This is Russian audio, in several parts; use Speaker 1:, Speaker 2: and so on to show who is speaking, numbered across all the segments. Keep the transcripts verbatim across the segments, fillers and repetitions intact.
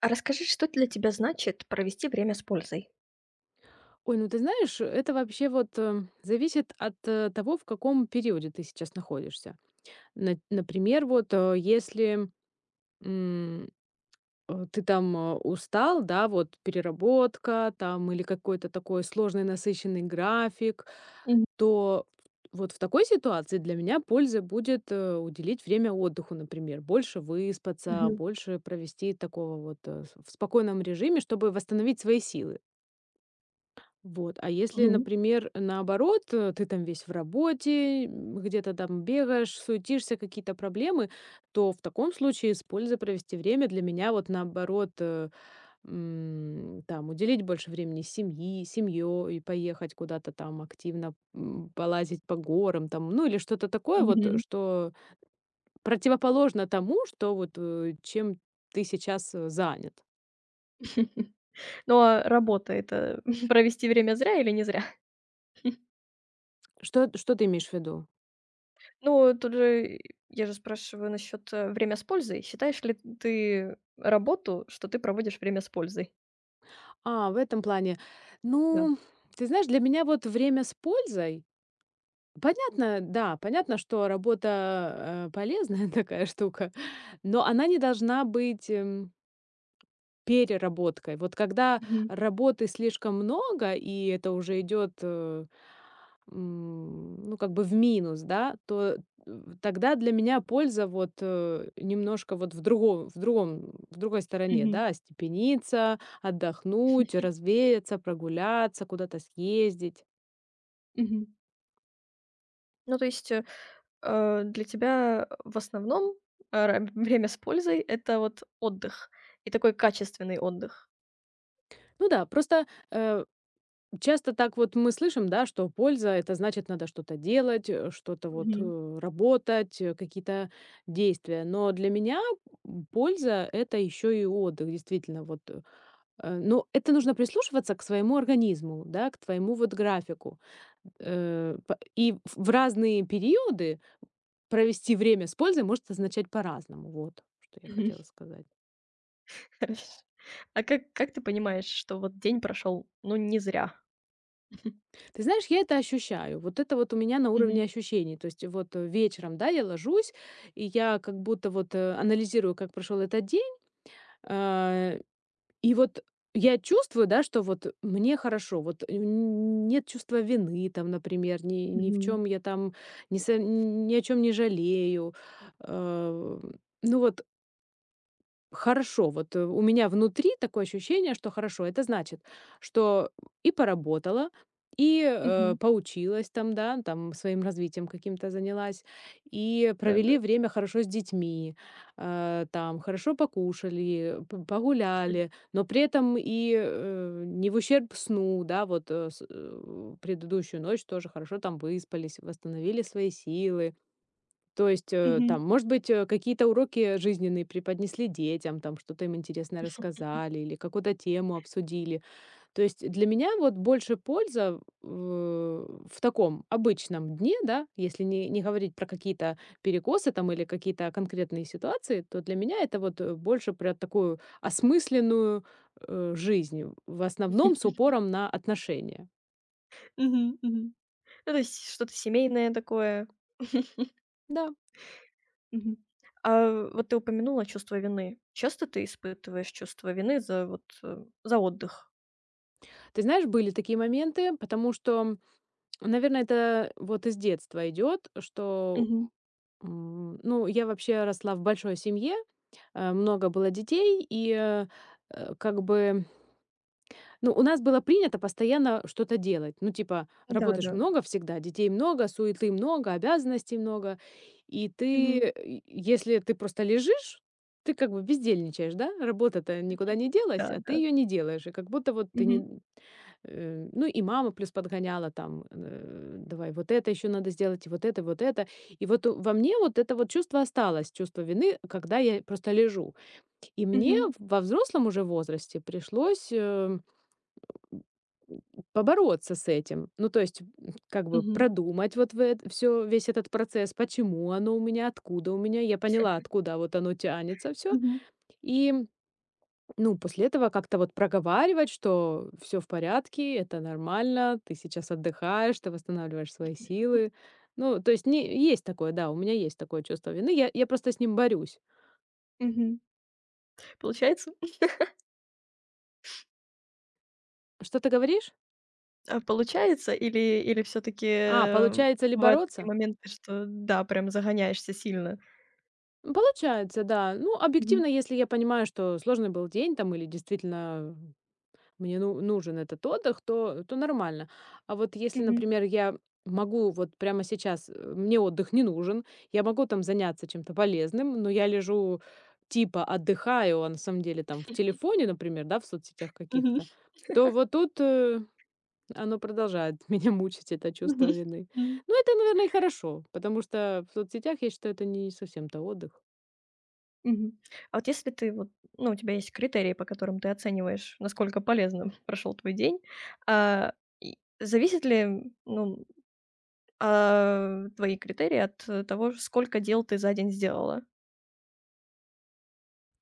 Speaker 1: А расскажи, что для тебя значит провести время с пользой?
Speaker 2: Ой, ну ты знаешь, это вообще вот э, зависит от э, того, в каком периоде ты сейчас находишься. На- например, вот э, если м, э, ты там э, устал, да, вот переработка там или какой-то такой сложный насыщенный график,
Speaker 1: Мгм.
Speaker 2: то вот в такой ситуации для меня польза будет э, уделить время отдыху, например, больше выспаться,
Speaker 1: Мгм.
Speaker 2: больше провести такого вот э, с- в спокойном режиме, чтобы восстановить свои силы. Вот. А если,
Speaker 1: Мгм.
Speaker 2: например, наоборот, э, ты там весь в работе, м, где-то там бегаешь, суетишься, какие-то проблемы, то в таком случае с пользой провести время для меня вот наоборот, э, м, там уделить больше времени семьи, семье и поехать куда-то там активно, м, полазить по горам там, ну или что-то такое вот, э,
Speaker 1: Мгм.
Speaker 2: что противоположно тому, что вот э, чем ты сейчас э, занят.
Speaker 1: Ну, а работа — это провести время зря или не зря?
Speaker 2: Что, что ты имеешь в виду?
Speaker 1: Ну, тут же я же спрашиваю насчет, э, время с пользой. Считаешь ли ты работу, что ты проводишь время с пользой?
Speaker 2: А, в этом плане.
Speaker 1: Да.
Speaker 2: Ну, ты знаешь, для меня вот время с пользой. Понятно, да, понятно, что работа, э, полезная такая штука, но она не должна быть эм Переработкой. Вот когда
Speaker 1: Мгм.
Speaker 2: работы слишком много, и это уже идет, э, м, ну, как бы в минус, да, то, э, тогда для меня польза вот, э, немножко вот в другом в другом в другой стороне,
Speaker 1: Мгм.
Speaker 2: да. Остепениться, отдохнуть, развеяться, прогуляться, куда-то съездить.
Speaker 1: Мгм. Ну, то есть, э, э, для тебя в основном, э, ра время с пользой — это вот отдых и такой качественный отдых.
Speaker 2: Ну да, просто, э Часто так вот мы слышим, да, что польза — это значит, надо что-то делать, э, что-то вот, э, работать, э, какие-то действия. Но для меня, м, польза — это еще и отдых, действительно. Вот, э, э, но это нужно прислушиваться к своему организму, да, к твоему вот графику. Э, п и в в разные периоды провести время с пользой может означать по-разному. Вот что я
Speaker 1: Мгм.
Speaker 2: хотела сказать.
Speaker 1: Хорошо. А как как ты понимаешь, что вот день прошел, ну, не зря?
Speaker 2: Ты знаешь, я это ощущаю. Вот это вот у меня на уровне
Speaker 1: Мгм.
Speaker 2: ощущений. То есть вот э, вечером, да, я ложусь, и я как будто вот э, анализирую, как прошел этот день. а, И вот я чувствую, да, что вот мне хорошо, вот э, н- нет чувства вины там, например, ни, ни
Speaker 1: Мгм.
Speaker 2: в
Speaker 1: Мгм.
Speaker 2: чем я там, ни, со- ни о чем не жалею. Э, Ну вот, хорошо, вот, э, у меня внутри такое ощущение, что хорошо. Это значит, что и поработала, и, э, поучилась там, да, там своим развитием каким-то занялась, и
Speaker 1: Да-да.
Speaker 2: провели время хорошо с детьми, э, там хорошо покушали, п погуляли, но при этом и, э, не в ущерб сну, да, вот, э, с э, предыдущую ночь тоже хорошо там выспались, восстановили свои силы. То есть, э,
Speaker 1: Мгм.
Speaker 2: там, может быть, э, какие-то уроки жизненные преподнесли детям, там что-то им интересное рассказали или какую-то тему обсудили. То есть для меня вот больше польза э, в таком обычном дне, да, если не, не говорить про какие-то перекосы там или какие-то конкретные ситуации, то для меня это вот э, больше про такую осмысленную э, жизнь, в основном с упором на отношения.
Speaker 1: Мгм. Мгм. Ну, то есть что-то семейное такое.
Speaker 2: Да.
Speaker 1: Мгм. А вот ты упомянула чувство вины. Часто ты испытываешь чувство вины за вот, э, за отдых?
Speaker 2: Ты знаешь, были такие моменты, потому что, наверное, это вот из детства идет, что,
Speaker 1: Мгм.
Speaker 2: м, ну, я вообще росла в большой семье, э, много было детей, и, э, э, как бы ну, у нас было принято постоянно что-то делать. Ну, типа, работаешь
Speaker 1: Да-да.
Speaker 2: много всегда, детей много, суеты много, обязанностей много. И ты,
Speaker 1: Мгм.
Speaker 2: э, и если ты просто лежишь, ты как бы бездельничаешь, да? Работа-то никуда не делась, а ты
Speaker 1: Да-да.
Speaker 2: ее не делаешь. И как будто вот ты
Speaker 1: Мгм.
Speaker 2: не... э, Ну, и мама плюс подгоняла там, э, давай, вот это еще надо сделать, и вот это, и вот это. И вот у- во мне вот это вот чувство осталось, чувство вины, когда я просто лежу. И мне
Speaker 1: Мгм.
Speaker 2: в- во взрослом уже возрасте пришлось... э, М, побороться с этим. Ну, то есть, м, как бы
Speaker 1: Мгм.
Speaker 2: продумать вот все весь этот процесс, почему оно у меня, откуда у меня. Я поняла, откуда вот оно тянется все.
Speaker 1: Мгм.
Speaker 2: И, ну, после этого как-то вот проговаривать, что все в порядке, это нормально, ты сейчас отдыхаешь, ты восстанавливаешь свои силы. Ну, то есть не есть такое, да, у меня есть такое чувство вины. Я я просто с ним борюсь.
Speaker 1: Мгм. Получается?
Speaker 2: Что ты говоришь?
Speaker 1: А получается, или или все таки
Speaker 2: А,
Speaker 1: э,
Speaker 2: получается ли
Speaker 1: бывают такие
Speaker 2: бороться?
Speaker 1: моменты, что да, прям загоняешься сильно?
Speaker 2: Получается, да. Ну,
Speaker 1: Мгм.
Speaker 2: объективно, если я понимаю, что сложный был день там или действительно мне ну нужен этот отдых, то то нормально. А вот если,
Speaker 1: Мгм.
Speaker 2: например, я могу вот прямо сейчас, э, мне отдых не нужен, я могу там заняться чем-то полезным, но я лежу типа отдыхаю, а на самом деле там в телефоне, например, да, в соцсетях
Speaker 1: Мгм.
Speaker 2: каких-то, то вот тут, э, оно продолжает меня мучить, это чувство
Speaker 1: Мгм.
Speaker 2: вины.
Speaker 1: М.
Speaker 2: Ну это, наверное, и хорошо, потому что в соцсетях я считаю, это не совсем-то отдых.
Speaker 1: Мгм. А вот если ты вот, ну, у тебя есть критерии, по которым ты оцениваешь, насколько полезным прошел твой день, а, и зависят ли, ну, а, твои критерии от э, того, сколько дел ты за день сделала?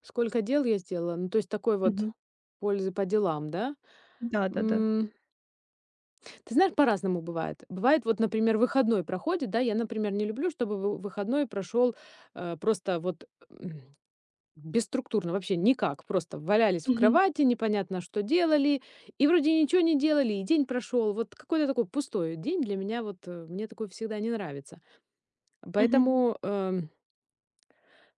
Speaker 2: Сколько дел я сделала? Ну, то есть такой вот
Speaker 1: Мгм.
Speaker 2: пользы по делам, да?
Speaker 1: Да-да-да.
Speaker 2: М, Ты знаешь, по-разному бывает. Бывает, вот, например, выходной проходит, да, я, например, не люблю, чтобы вы- выходной прошел э, просто вот м, бесструктурно, вообще никак, просто валялись в
Speaker 1: Мгм.
Speaker 2: кровати, непонятно, что делали, и вроде ничего не делали, и день прошел, вот какой-то такой пустой день для меня, вот, э, мне такой всегда не нравится.
Speaker 1: Мгм.
Speaker 2: Поэтому эм,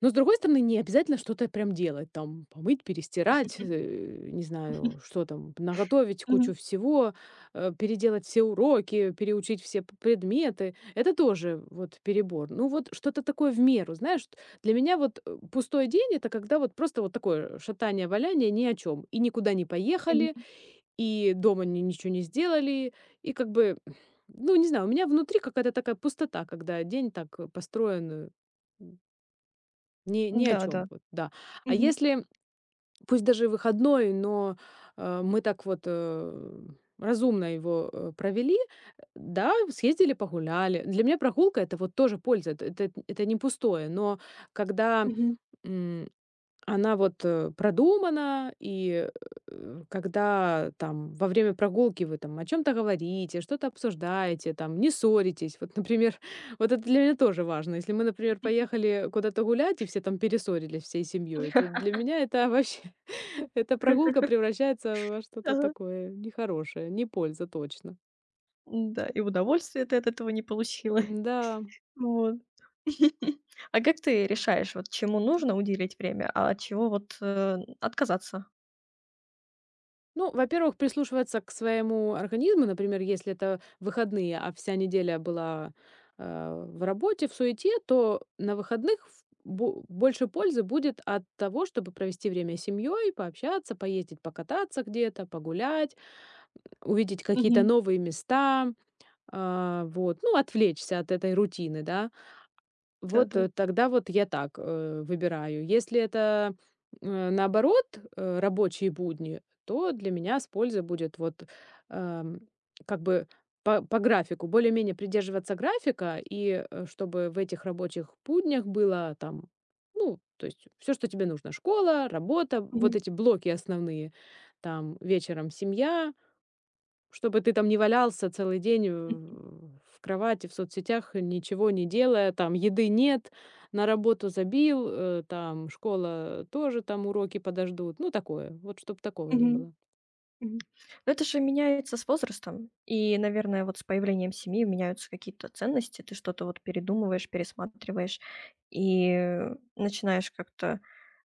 Speaker 2: Но, с другой стороны, не обязательно что-то прям делать, там, помыть, перестирать, э, не знаю, что там, наготовить кучу
Speaker 1: Мгм.
Speaker 2: всего, э, переделать все уроки, переучить все п- предметы. Это тоже вот перебор. Ну вот что-то такое в меру, знаешь, т- для меня вот э, пустой день — это когда вот просто вот такое шатание-валяние ни о чем. И никуда не поехали,
Speaker 1: Мгм.
Speaker 2: и дома ни- ничего не сделали, и как бы, ну не знаю, у меня внутри какая-то такая пустота, когда день так э, построен э, ни ни о чем
Speaker 1: Да-да.
Speaker 2: вот, да. А
Speaker 1: Мгм.
Speaker 2: если, пусть даже и выходной, но, э, мы так вот, э, разумно его, э, провели, да, съездили погуляли. Для меня прогулка — это вот тоже польза, это это это не пустое. Но когда,
Speaker 1: Мгм.
Speaker 2: м, она вот, э, продумана, и, э, когда там во время прогулки вы там о чем то говорите, что-то обсуждаете, там не ссоритесь. Вот, например, вот это для меня тоже важно. Если мы, например, поехали куда-то гулять и все там перессорились всей семьей, это для меня это вообще эта прогулка превращается во что-то
Speaker 1: Ага.
Speaker 2: такое нехорошее, не польза точно.
Speaker 1: Да, и удовольствия ты от этого не получила.
Speaker 2: Да.
Speaker 1: Вот. А как ты решаешь, вот чему нужно уделить время, а от чего вот, э, отказаться?
Speaker 2: Ну, во-первых, прислушиваться к своему организму, например, если это выходные, а вся неделя была э, в работе, в суете, то на выходных в- бо- больше пользы будет от того, чтобы провести время с семьей, пообщаться, поездить, покататься где-то, погулять, увидеть какие-то
Speaker 1: Мгм.
Speaker 2: новые места, а, вот, ну, отвлечься от этой рутины, да, вот,
Speaker 1: Да-да.
Speaker 2: э, тогда вот я так, э, выбираю. Если это, э, наоборот, э, рабочие будни, то для меня с пользой будет вот, эм, как бы по по графику, более-менее придерживаться графика, и, э, чтобы в этих рабочих буднях было там, ну, то есть все, что тебе нужно: школа, работа, вот
Speaker 1: Мгм.
Speaker 2: эти блоки основные, там вечером семья. Чтобы ты там не валялся целый день, э, в кровати, в соцсетях, ничего не делая, там еды нет, на работу забил, э, там школа тоже, там уроки подождут. Ну, такое. Вот чтобы такого не
Speaker 1: Мгм.
Speaker 2: было.
Speaker 1: Мгм. Но это же меняется с возрастом. И, наверное, вот с появлением семьи меняются какие-то ценности. Ты что-то вот передумываешь, пересматриваешь и начинаешь как-то,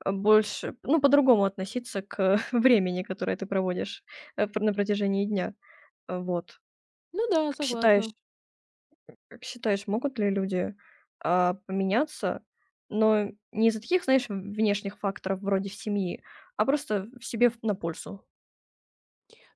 Speaker 1: э, больше, ну, по-другому относиться к времени, которое ты проводишь, э, пр на протяжении дня. Э, Вот.
Speaker 2: Ну да,
Speaker 1: Как
Speaker 2: согласна.
Speaker 1: считаешь как считаешь, могут ли люди, а, поменяться, но не из-за таких, знаешь, в внешних факторов вроде семьи, а просто в себе, в на пользу?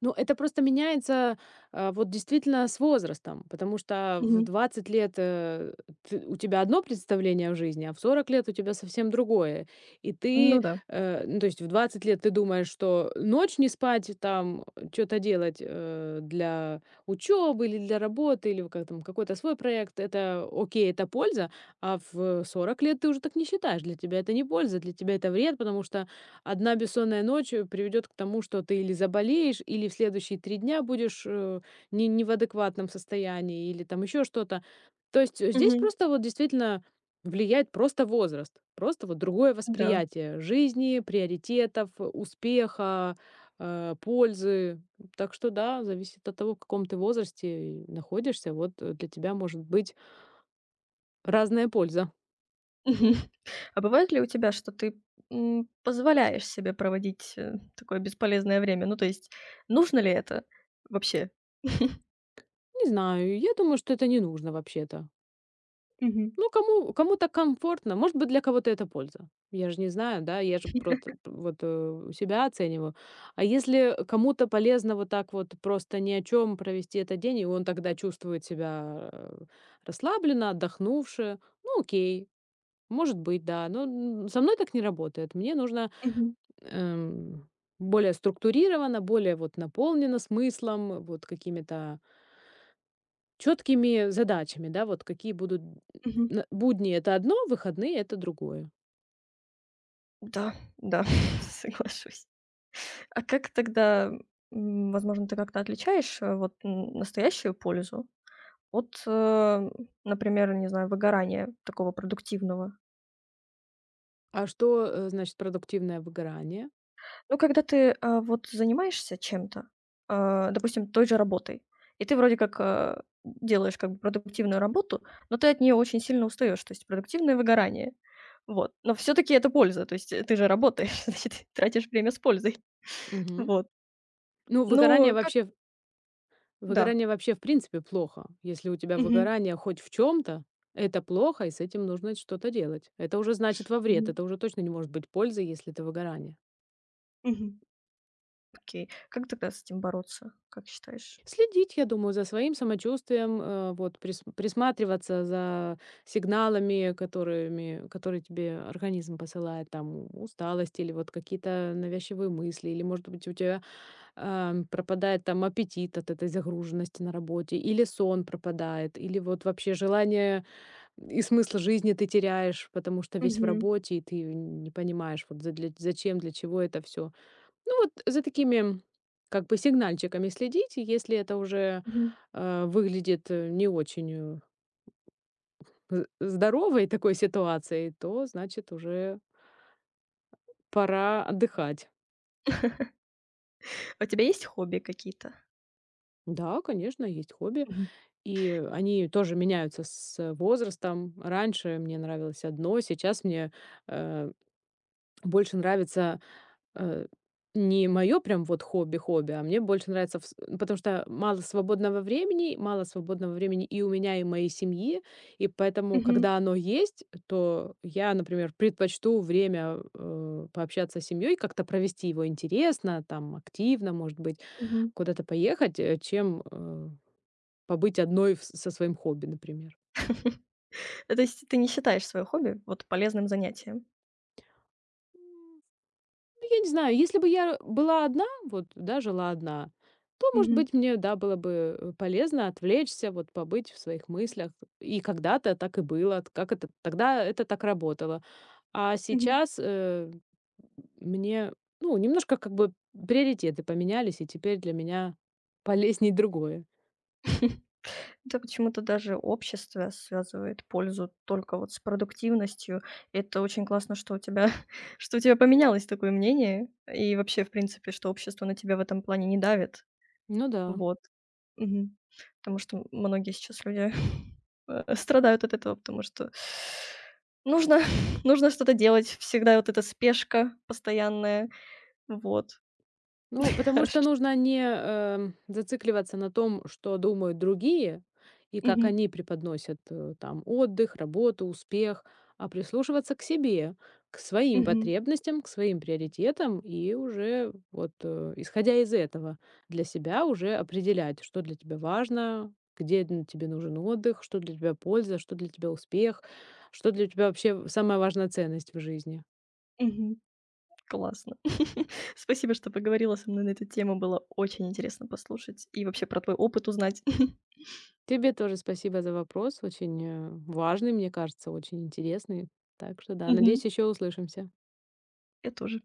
Speaker 2: Ну, это просто меняется, а, вот действительно с возрастом, потому что в
Speaker 1: Мгм.
Speaker 2: двадцать лет, э, ты у тебя одно представление о жизни, а в сорок лет у тебя совсем другое. И
Speaker 1: Ну
Speaker 2: ты,
Speaker 1: да.
Speaker 2: э, ну, то есть в двадцать лет ты думаешь, что ночь не спать, там что то делать, э, для учебы или для работы, или как там какой-то свой проект. Это окей, это польза, а в сорок лет ты уже так не считаешь. Для тебя это не польза, для тебя это вред, потому что одна бессонная ночь э, приведет к тому, что ты или заболеешь, или в следующие три дня будешь э, не, не в адекватном состоянии, или там еще что-то. То есть э, здесь
Speaker 1: Мгм.
Speaker 2: просто вот действительно влияет просто возраст, просто вот другое
Speaker 1: Да.
Speaker 2: восприятие жизни, приоритетов, э, успеха, э, пользы. Так что да, зависит от того, в каком ты возрасте находишься, вот э, для тебя может быть разная польза.
Speaker 1: Мгм. А бывает ли у тебя, что ты, м, позволяешь себе проводить, э, такое бесполезное время? Ну, то есть нужно ли это вообще?
Speaker 2: Не знаю, я думаю, что это не нужно вообще-то.
Speaker 1: Мгм.
Speaker 2: Ну, кому кому-то комфортно. Может быть, для кого-то это польза. Я же не знаю, да, я же просто вот, э, у себя оцениваю. А если кому-то полезно вот так вот просто ни о чем провести этот день, и он тогда чувствует себя, э, расслабленно, отдохнувше, ну, окей, может быть, да. Но, м, со мной так не работает. Мне нужно,
Speaker 1: Мгм.
Speaker 2: эм, более структурировано, более вот наполнено смыслом, вот какими-то четкими задачами, да, вот какие будут
Speaker 1: Мгм.
Speaker 2: н будни — это одно, выходные — это другое.
Speaker 1: Да, да, соглашусь. А как тогда, м, возможно, ты как-то отличаешь, э, вот, н настоящую пользу от, э, например, не знаю, выгорания такого продуктивного?
Speaker 2: А что, э, значит продуктивное выгорание?
Speaker 1: Ну, когда ты, а, вот занимаешься чем-то, а, допустим, той же работой, и ты вроде как, э, делаешь как бы продуктивную работу, но ты от нее очень сильно устаешь, то есть продуктивное выгорание. Вот. Но все-таки это польза, то есть, э, ты же работаешь, значит, тратишь время с пользой.
Speaker 2: Мгм.
Speaker 1: Вот.
Speaker 2: Ну, выгорание
Speaker 1: Но как
Speaker 2: вообще
Speaker 1: Да.
Speaker 2: выгорание вообще в принципе плохо. Если у тебя
Speaker 1: Мгм.
Speaker 2: выгорание хоть в чем то, это плохо, и с этим нужно что-то делать. Это уже значит во вред,
Speaker 1: Мгм.
Speaker 2: это уже точно не может быть пользы, если это выгорание.
Speaker 1: Мгм. Окей. Как тогда с этим бороться, как считаешь?
Speaker 2: Следить, я думаю, за своим самочувствием, э, вот прис- присматриваться за сигналами, которыми, которые тебе организм посылает, там усталость или вот какие-то навязчивые мысли, или, может быть, у тебя ам, пропадает там аппетит от этой загруженности на работе, или сон пропадает, или вот вообще желание и смысл жизни ты теряешь, потому что весь в
Speaker 1: Мгм.
Speaker 2: работе, и ты не понимаешь, вот за- для- зачем, для чего это все. Ну вот за такими как бы сигнальчиками следить, и если это уже
Speaker 1: Мгм.
Speaker 2: э, выглядит э, не очень э, з- здоровой такой ситуацией, то значит уже пора отдыхать.
Speaker 1: У тебя есть хобби какие-то?
Speaker 2: Да, конечно, есть хобби,
Speaker 1: Мгм.
Speaker 2: и они тоже меняются с возрастом. Раньше мне нравилось одно, сейчас мне э, больше нравится Э, не мое прям вот хобби-хобби, а мне больше нравится вс потому что мало свободного времени, мало свободного времени и у меня, и моей семьи. И поэтому,
Speaker 1: Мгм.
Speaker 2: когда оно есть, то я, например, предпочту время, э, пообщаться с семьей, как-то провести его интересно, там, активно, может быть,
Speaker 1: Мгм.
Speaker 2: куда-то поехать, э, чем, э, побыть одной в со своим хобби, например.
Speaker 1: То есть ты не считаешь свое хобби вот полезным занятием?
Speaker 2: Я не знаю, если бы я была одна, вот, да, жила одна, то, может
Speaker 1: Мгм.
Speaker 2: быть, мне, да, было бы э, полезно отвлечься, вот, побыть в своих мыслях. И когда-то так и было, т- как это, тогда это так работало. А
Speaker 1: Мгм.
Speaker 2: сейчас э, мне, ну, немножко как бы приоритеты поменялись, и теперь для меня полезней другое.
Speaker 1: Да почему-то даже общество связывает пользу только вот с продуктивностью. Это очень классно, что у тебя что у тебя поменялось такое мнение, и вообще, в принципе, что общество на тебя в этом плане не давит.
Speaker 2: Ну да.
Speaker 1: Вот. Мгм. Потому что многие сейчас люди э, страдают от этого, потому что нужно нужно что-то делать. Всегда вот эта спешка постоянная. Вот.
Speaker 2: Ну, потому
Speaker 1: Хорошо,
Speaker 2: что
Speaker 1: что
Speaker 2: нужно не, э, зацикливаться на том, что думают другие и как
Speaker 1: Мгм.
Speaker 2: они преподносят, э, там отдых, работу, успех, а прислушиваться к себе, к своим
Speaker 1: Мгм.
Speaker 2: потребностям, к своим приоритетам и уже вот, э, исходя из этого, для себя уже определять, что для тебя важно, где н тебе нужен отдых, что для тебя польза, что для тебя успех, что для тебя вообще самая важная ценность в жизни.
Speaker 1: Мгм. Классно. Спасибо, что поговорила со мной на эту тему. Было очень интересно послушать и вообще про твой опыт узнать.
Speaker 2: Тебе тоже спасибо за вопрос. Очень э, важный, мне кажется, очень интересный. Так что да,
Speaker 1: Мгм.
Speaker 2: надеюсь, еще услышимся.
Speaker 1: Я тоже.